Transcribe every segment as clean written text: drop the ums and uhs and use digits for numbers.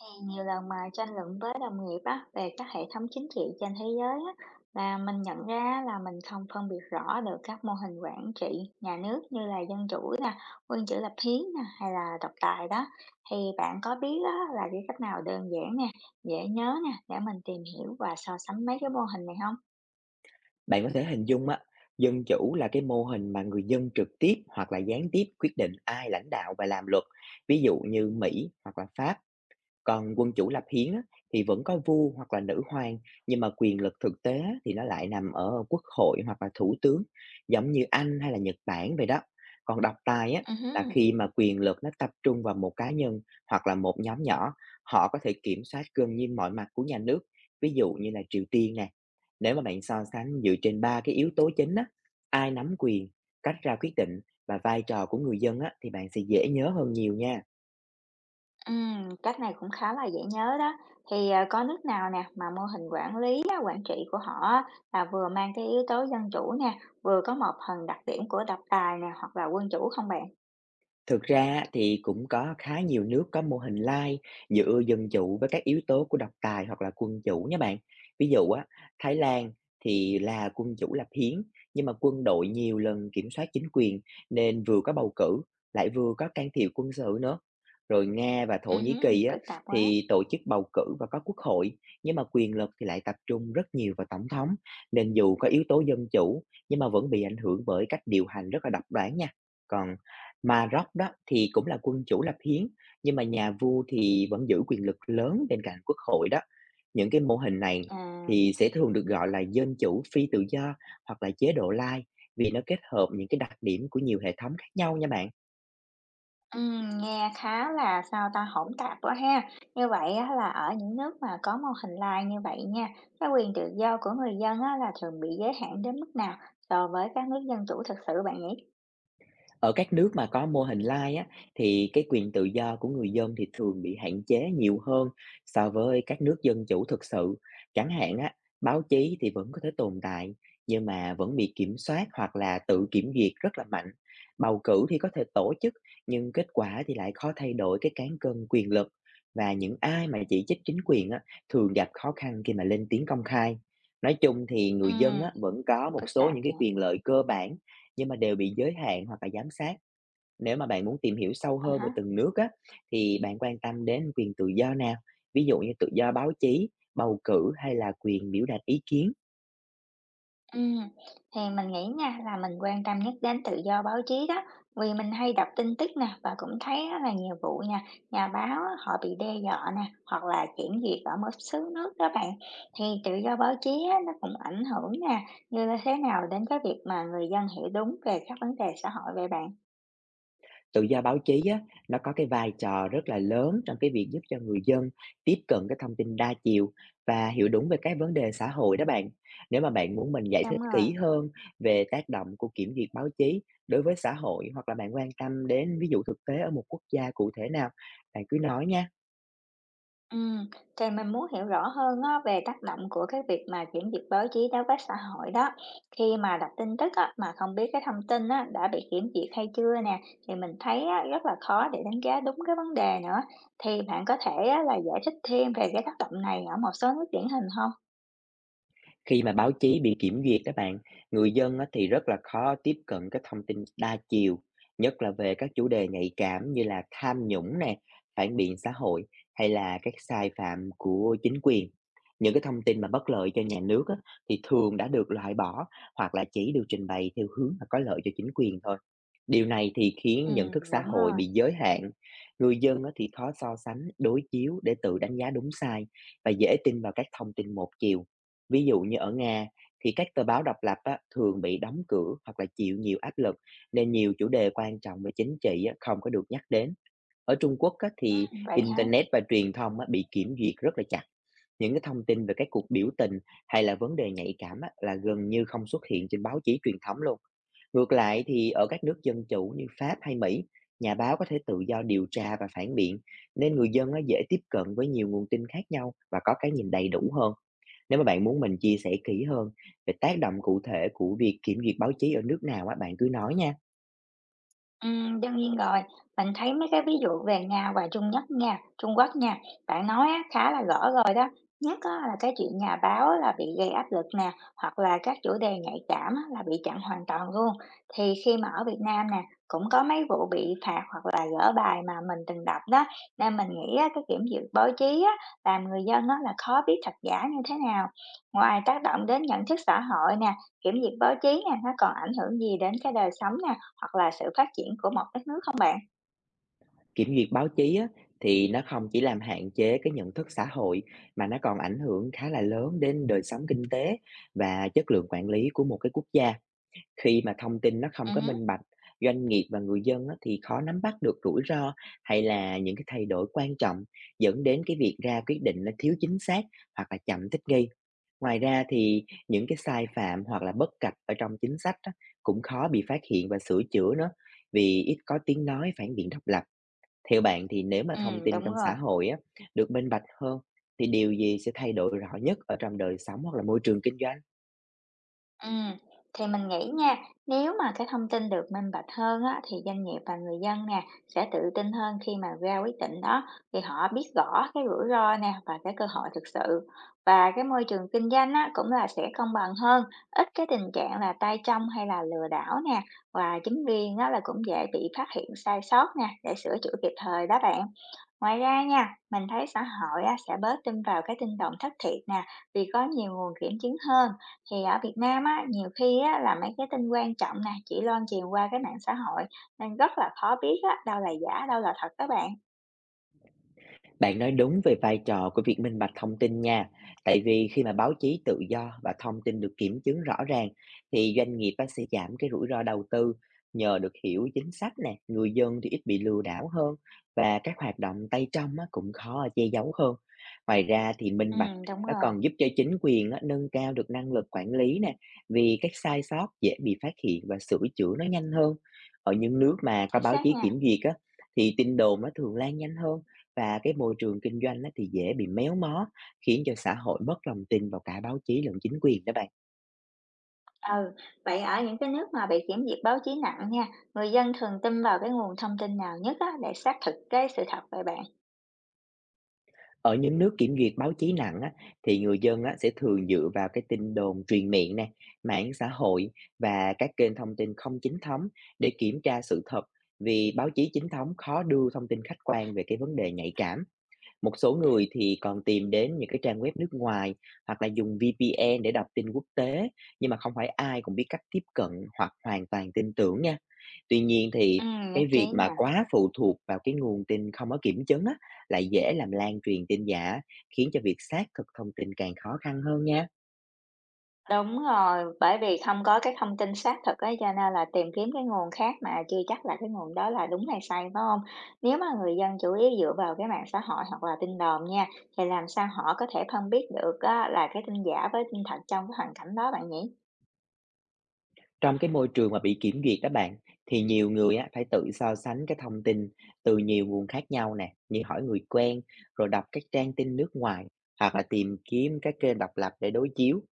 Càng nhiều lần mà tranh luận với đồng nghiệp á, về các hệ thống chính trị trên thế giới á, là mình nhận ra là mình không phân biệt rõ được các mô hình quản trị nhà nước như là dân chủ nè, quân chủ lập hiến nè, hay là độc tài đó. Thì bạn có biết á, là cái cách nào đơn giản nè, dễ nhớ nè để mình tìm hiểu và so sánh mấy cái mô hình này không? Bạn có thể hình dung á, dân chủ là cái mô hình mà người dân trực tiếp hoặc là gián tiếp quyết định ai lãnh đạo và làm luật, ví dụ như Mỹ hoặc là Pháp. Còn quân chủ lập hiến á, thì vẫn có vua hoặc là nữ hoàng, nhưng mà quyền lực thực tế á, thì nó lại nằm ở quốc hội hoặc là thủ tướng, giống như Anh hay là Nhật Bản vậy đó. Còn độc tài á, Ừ hứ. là khi mà quyền lực nó tập trung vào một cá nhân hoặc là một nhóm nhỏ, họ có thể kiểm soát gần như mọi mặt của nhà nước, ví dụ như là Triều Tiên nè. Nếu mà bạn so sánh dựa trên ba cái yếu tố chính á, ai nắm quyền, cách ra quyết định và vai trò của người dân á, thì bạn sẽ dễ nhớ hơn nhiều nha. Cách này cũng khá là dễ nhớ đó. Thì, có nước nào nè, mà mô hình quản lý á, quản trị của họ á, là vừa mang cái yếu tố dân chủ nè, vừa có một phần đặc điểm của độc tài nè, hoặc là quân chủ không bạn? Thực ra thì cũng có khá nhiều nước có mô hình lai dựa dân chủ với các yếu tố của độc tài hoặc là quân chủ nha bạn. Ví dụ á, Thái Lan thì là quân chủ lập hiến, nhưng mà quân đội nhiều lần kiểm soát chính quyền nên vừa có bầu cử lại vừa có can thiệp quân sự nữa. Rồi Nga và Thổ Nhĩ Ừm, Kỳ á, phức tạp quá. thì tổ chức bầu cử và có quốc hội, nhưng mà quyền lực thì lại tập trung rất nhiều vào tổng thống, nên dù có yếu tố dân chủ nhưng mà vẫn bị ảnh hưởng bởi cách điều hành rất là độc đoán nha. Còn mà Rock đó thì cũng là quân chủ lập hiến, nhưng mà nhà vua thì vẫn giữ quyền lực lớn bên cạnh quốc hội đó. Những cái mô hình này À, thì sẽ thường được gọi là dân chủ phi tự do hoặc là chế độ lai, vì nó kết hợp những cái đặc điểm của nhiều hệ thống khác nhau nha bạn. Nghe khá là, sao ta, hỗn tạp quá ha. Như vậy á, là ở những nước mà có mô hình lai như vậy nha, cái quyền tự do của người dân á, là thường bị giới hạn đến mức nào so với các nước dân chủ thực sự bạn nhỉ? Ở các nước mà có mô hình lai á, thì cái quyền tự do của người dân thì thường bị hạn chế nhiều hơn so với các nước dân chủ thực sự. Chẳng hạn á, báo chí thì vẫn có thể tồn tại nhưng mà vẫn bị kiểm soát hoặc là tự kiểm duyệt rất là mạnh. Bầu cử thì có thể tổ chức, nhưng kết quả thì lại khó thay đổi cái cán cân quyền lực, và những ai mà chỉ trích chính quyền á, thường gặp khó khăn khi mà lên tiếng công khai. Nói chung thì người dân Ừm, á, vẫn có một phức số tạp những cái nhỉ? quyền lợi cơ bản nhưng mà đều bị giới hạn hoặc là giám sát. Nếu mà bạn muốn tìm hiểu sâu hơn về À, từng nước á, thì bạn quan tâm đến quyền tự do nào? Ví dụ như tự do báo chí, bầu cử hay là quyền biểu đạt ý kiến. ừm, thì mình nghĩ nha là mình quan tâm nhất đến tự do báo chí đó, vì mình hay đọc tin tức nè và cũng thấy á là nhiều vụ nha, nhà báo á, họ bị đe dọa nè, hoặc là kiểm duyệt ở một số nước đó bạn. Thì tự do báo chí á, nó cũng ảnh hưởng nè, như là thế nào đến cái việc mà người dân hiểu đúng về các vấn đề xã hội vậy bạn? Tự do báo chí á, nó có cái vai trò rất là lớn trong cái việc giúp cho người dân tiếp cận cái thông tin đa chiều và hiểu đúng về các vấn đề xã hội đó bạn. Nếu mà bạn muốn mình giải thích Đúng rồi. kỹ hơn về tác động của kiểm duyệt báo chí đối với xã hội, hoặc là bạn quan tâm đến ví dụ thực tế ở một quốc gia cụ thể nào, bạn cứ nói nha. Ừm, thì mình muốn hiểu rõ hơn á, về tác động của cái việc mà kiểm duyệt báo chí đối với xã hội đó. Khi mà đọc tin tức á, mà không biết cái thông tin á, đã bị kiểm duyệt hay chưa nè, thì mình thấy á, rất là khó để đánh giá đúng cái vấn đề nữa. Thì bạn có thể á, là giải thích thêm về cái tác động này ở một số nước điển hình không? Khi mà báo chí bị kiểm duyệt các bạn, người dân á thì rất là khó tiếp cận cái thông tin đa chiều, nhất là về các chủ đề nhạy cảm như là tham nhũng nè, phản biện xã hội hay là các sai phạm của chính quyền. Những cái thông tin mà bất lợi cho nhà nước á, thì thường đã được loại bỏ hoặc là chỉ được trình bày theo hướng là có lợi cho chính quyền thôi. Điều này thì khiến nhận thức xã Đúng hội rồi, bị giới hạn, người dân á thì khó so sánh, đối chiếu để tự đánh giá đúng sai và dễ tin vào các thông tin một chiều. Ví dụ như ở Nga thì các tờ báo độc lập á, thường bị đóng cửa hoặc là chịu nhiều áp lực, nên nhiều chủ đề quan trọng về chính trị á, không có được nhắc đến. Ở Trung Quốc á, thì vậy hả? internet và truyền thông á, bị kiểm duyệt rất là chặt. Những cái thông tin về các cuộc biểu tình hay là vấn đề nhạy cảm á, là gần như không xuất hiện trên báo chí truyền thống luôn. Ngược lại thì ở các nước dân chủ như Pháp hay Mỹ, nhà báo có thể tự do điều tra và phản biện, nên người dân á, dễ tiếp cận với nhiều nguồn tin khác nhau và có cái nhìn đầy đủ hơn. Nếu mà bạn muốn mình chia sẻ kỹ hơn về tác động cụ thể của việc kiểm duyệt báo chí ở nước nào á, bạn cứ nói nha. Đương nhiên rồi, mình thấy mấy cái ví dụ về Nga và Trung Quốc nha, bạn nói á, khá là rõ rồi đó. Nhất á, là cái chuyện nhà báo là bị gây áp lực nè, hoặc là các chủ đề nhạy cảm á, là bị chặn hoàn toàn luôn. Thì khi mà ở Việt Nam nè, cũng có mấy vụ bị phạt hoặc là gỡ bài mà mình từng đọc đó. Nên mình nghĩ á, cái kiểm duyệt báo chí á, làm người dân á, là khó biết thật giả như thế nào. Ngoài tác động đến nhận thức xã hội nè, kiểm duyệt báo chí nè, nó còn ảnh hưởng gì đến cái đời sống nè hoặc là sự phát triển của một đất nước không bạn? Kiểm duyệt báo chí á, thì nó không chỉ làm hạn chế cái nhận thức xã hội, mà nó còn ảnh hưởng khá là lớn đến đời sống kinh tế và chất lượng quản lý của một cái quốc gia. Khi mà thông tin nó không có Hứm, minh bạch, doanh nghiệp và người dân á, thì khó nắm bắt được rủi ro hay là những cái thay đổi quan trọng, dẫn đến cái việc ra quyết định nó thiếu chính xác hoặc là chậm thích nghi. Ngoài ra thì những cái sai phạm hoặc là bất cập ở trong chính sách á, cũng khó bị phát hiện và sửa chữa nữa, vì ít có tiếng nói phản biện độc lập. Theo bạn thì nếu mà thông tin đúng trong rồi. xã hội á, được minh bạch hơn, thì điều gì sẽ thay đổi rõ nhất ở trong đời sống hoặc là môi trường kinh doanh? Ừm, thì mình nghĩ nha, nếu mà cái thông tin được minh bạch hơn á, thì doanh nghiệp và người dân nè, sẽ tự tin hơn khi mà ra quyết định đó, thì họ biết rõ cái rủi ro nè và cái cơ hội thực sự. Và cái môi trường kinh doanh á, cũng là sẽ công bằng hơn, ít cái tình trạng là tay trong hay là lừa đảo nè, và chính viên á, là cũng dễ bị phát hiện sai sót nè, để sửa chữa kịp thời đó bạn. Ngoài ra nha, mình thấy xã hội á, sẽ bớt tin vào cái tin đồn thất thiệt nè, vì có nhiều nguồn kiểm chứng hơn. Thì ở Việt Nam á, nhiều khi á, là mấy cái tin quan trọng nè, chỉ loan truyền qua cái mạng xã hội, nên rất là khó biết á, đâu là giả, đâu là thật các bạn. Bạn nói đúng về vai trò của việc minh bạch thông tin nha. Tại vì khi mà báo chí tự do và thông tin được kiểm chứng rõ ràng, thì doanh nghiệp á, sẽ giảm cái rủi ro đầu tư nhờ được hiểu chính sách nè, người dân thì ít bị lừa đảo hơn và các hoạt động tay trong á, cũng khó che giấu hơn. Ngoài ra thì Ừ, minh bạch đúng nó rồi, còn giúp cho chính quyền á, nâng cao được năng lực quản lý nè, vì các sai sót dễ bị phát hiện và sửa chữa nó nhanh hơn. Ở những nước mà có chính báo xác chí nha. kiểm duyệt á, thì tin đồn nó thường lan nhanh hơn và cái môi trường kinh doanh á, thì dễ bị méo mó, khiến cho xã hội mất lòng tin vào cả báo chí lẫn chính quyền đó bạn. Ừ, vậy ở những cái nước mà bị kiểm duyệt báo chí nặng nha, người dân thường tin vào cái nguồn thông tin nào nhất á, để xác thực cái sự thật về bạn? Ở những nước kiểm duyệt báo chí nặng á, thì người dân á, sẽ thường dựa vào cái tin đồn truyền miệng nè, mạng xã hội và các kênh thông tin không chính thống để kiểm tra sự thật, vì báo chí chính thống khó đưa thông tin khách quan về cái vấn đề nhạy cảm. Một số người thì còn tìm đến những cái trang web nước ngoài hoặc là dùng VPN để đọc tin quốc tế, nhưng mà không phải ai cũng biết cách tiếp cận hoặc hoàn toàn tin tưởng nha. Tuy nhiên Ừ, thì nhất cái trí việc mà nè. quá phụ thuộc vào cái nguồn tin không có kiểm chứng á, lại dễ làm lan truyền tin giả, khiến cho việc xác thực thông tin càng khó khăn hơn nha. Đúng rồi, bởi vì không có cái thông tin xác thực ấy, cho nên là tìm kiếm cái nguồn khác mà chưa chắc là cái nguồn đó là đúng hay sai, phải không? Nếu mà người dân chủ yếu dựa vào cái mạng xã hội hoặc là tin đồn nha, thì làm sao họ có thể phân biết được á là cái tin giả với tin thật trong cái hoàn cảnh đó bạn nhỉ? Trong cái môi trường mà bị kiểm duyệt đó bạn, thì nhiều người á, phải tự so sánh cái thông tin từ nhiều nguồn khác nhau nè, như hỏi người quen, rồi đọc các trang tin nước ngoài, hoặc là tìm kiếm các kênh độc lập để đối chiếu.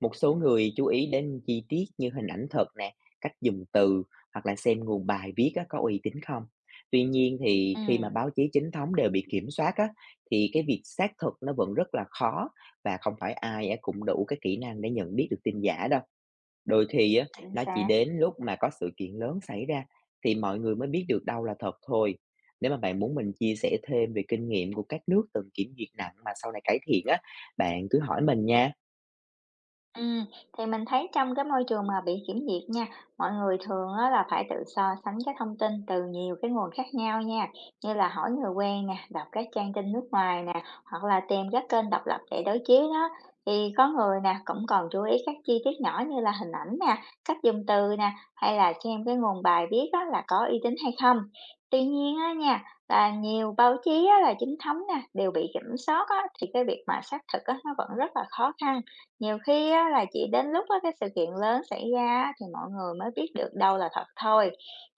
Một số người chú ý đến chi tiết như hình ảnh thật nè, cách dùng từ, hoặc là xem nguồn bài viết á, có uy tín không. Tuy nhiên thì khi mà Ừm, báo chí chính thống đều bị kiểm soát á, thì cái việc xác thực nó vẫn rất là khó và không phải ai á cũng đủ cái kỹ năng để nhận biết được tin giả đâu. Đôi khi á, chính nó chỉ xác. đến lúc mà có sự kiện lớn xảy ra thì mọi người mới biết được đâu là thật thôi. Nếu mà bạn muốn mình chia sẻ thêm về kinh nghiệm của các nước từng kiểm duyệt nặng mà sau này cải thiện á, bạn cứ hỏi mình nha. Ừm, thì mình thấy trong cái môi trường mà bị kiểm duyệt nha, mọi người thường á là phải tự so sánh cái thông tin từ nhiều cái nguồn khác nhau nha, như là hỏi người quen nè, đọc các trang tin nước ngoài nè, hoặc là tìm các kênh độc lập để đối chiếu đó. Thì có người nè cũng còn chú ý các chi tiết nhỏ như là hình ảnh nè, cách dùng từ nè, hay là xem cái nguồn bài viết đó là có uy tín hay không. Tuy nhiên á nha, là nhiều báo chí á là chính thống nè, đều bị kiểm soát á, thì cái việc mà xác thực á nó vẫn rất là khó khăn nhiều khi á, là chỉ đến lúc á, cái sự kiện lớn xảy ra á, thì mọi người mới biết được đâu là thật thôi.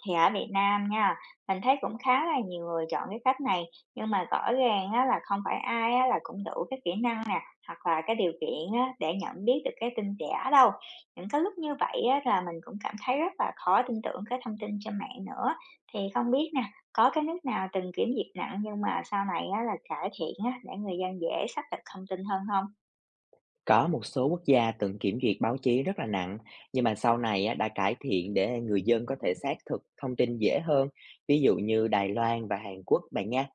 Thì ở Việt Nam nha, mình thấy cũng khá là nhiều người chọn cái cách này, nhưng mà rõ ràng á, là không phải ai á, là cũng đủ cái kỹ năng nè, hoặc là cái điều kiện á, để nhận biết được cái tin giả đâu. Những cái lúc như vậy á, là mình cũng cảm thấy rất là khó tin tưởng cái thông tin trên mạng nữa. Thì không biết nè, có cái nước nào từng kiểm duyệt nặng nhưng mà sau này á, là cải thiện á, để người dân dễ xác thực thông tin hơn không? Có một số quốc gia từng kiểm duyệt báo chí rất là nặng, nhưng mà sau này á, đã cải thiện để người dân có thể xác thực thông tin dễ hơn. Ví dụ như Đài Loan và Hàn Quốc bạn nha.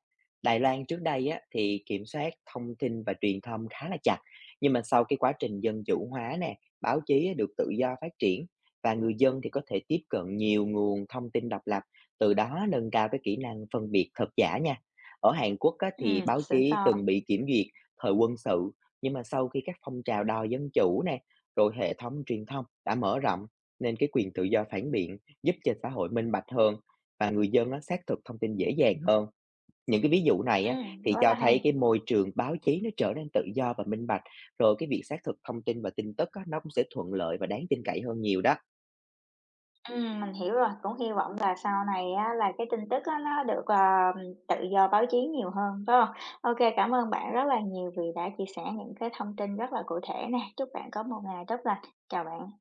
Đài Loan trước đây á, thì kiểm soát thông tin và truyền thông khá là chặt, nhưng mà sau cái quá trình dân chủ hóa nè, báo chí á, được tự do phát triển và người dân thì có thể tiếp cận nhiều nguồn thông tin độc lập, từ đó nâng cao cái kỹ năng phân biệt thật giả nha. Ở Hàn Quốc á, Ừ, thì báo xin chí cho. từng bị kiểm duyệt thời quân sự, nhưng mà sau khi các phong trào đòi dân chủ nè, rồi hệ thống truyền thông đã mở rộng, nên cái quyền tự do phản biện giúp cho xã hội minh bạch hơn và người dân á, xác thực thông tin dễ dàng hơn. Những cái ví dụ này á, thì Rất là cho hay. thấy cái môi trường báo chí nó trở nên tự do và minh bạch, rồi cái việc xác thực thông tin và tin tức á, nó cũng sẽ thuận lợi và đáng tin cậy hơn nhiều đó. Mình hiểu rồi, cũng hy vọng là sau này á là cái tin tức á nó được, tự do báo chí nhiều hơn, phải không? OK, cảm ơn bạn rất là nhiều vì đã chia sẻ những cái thông tin rất là cụ thể nè. Chúc bạn có một ngày tốt lành. Chào bạn.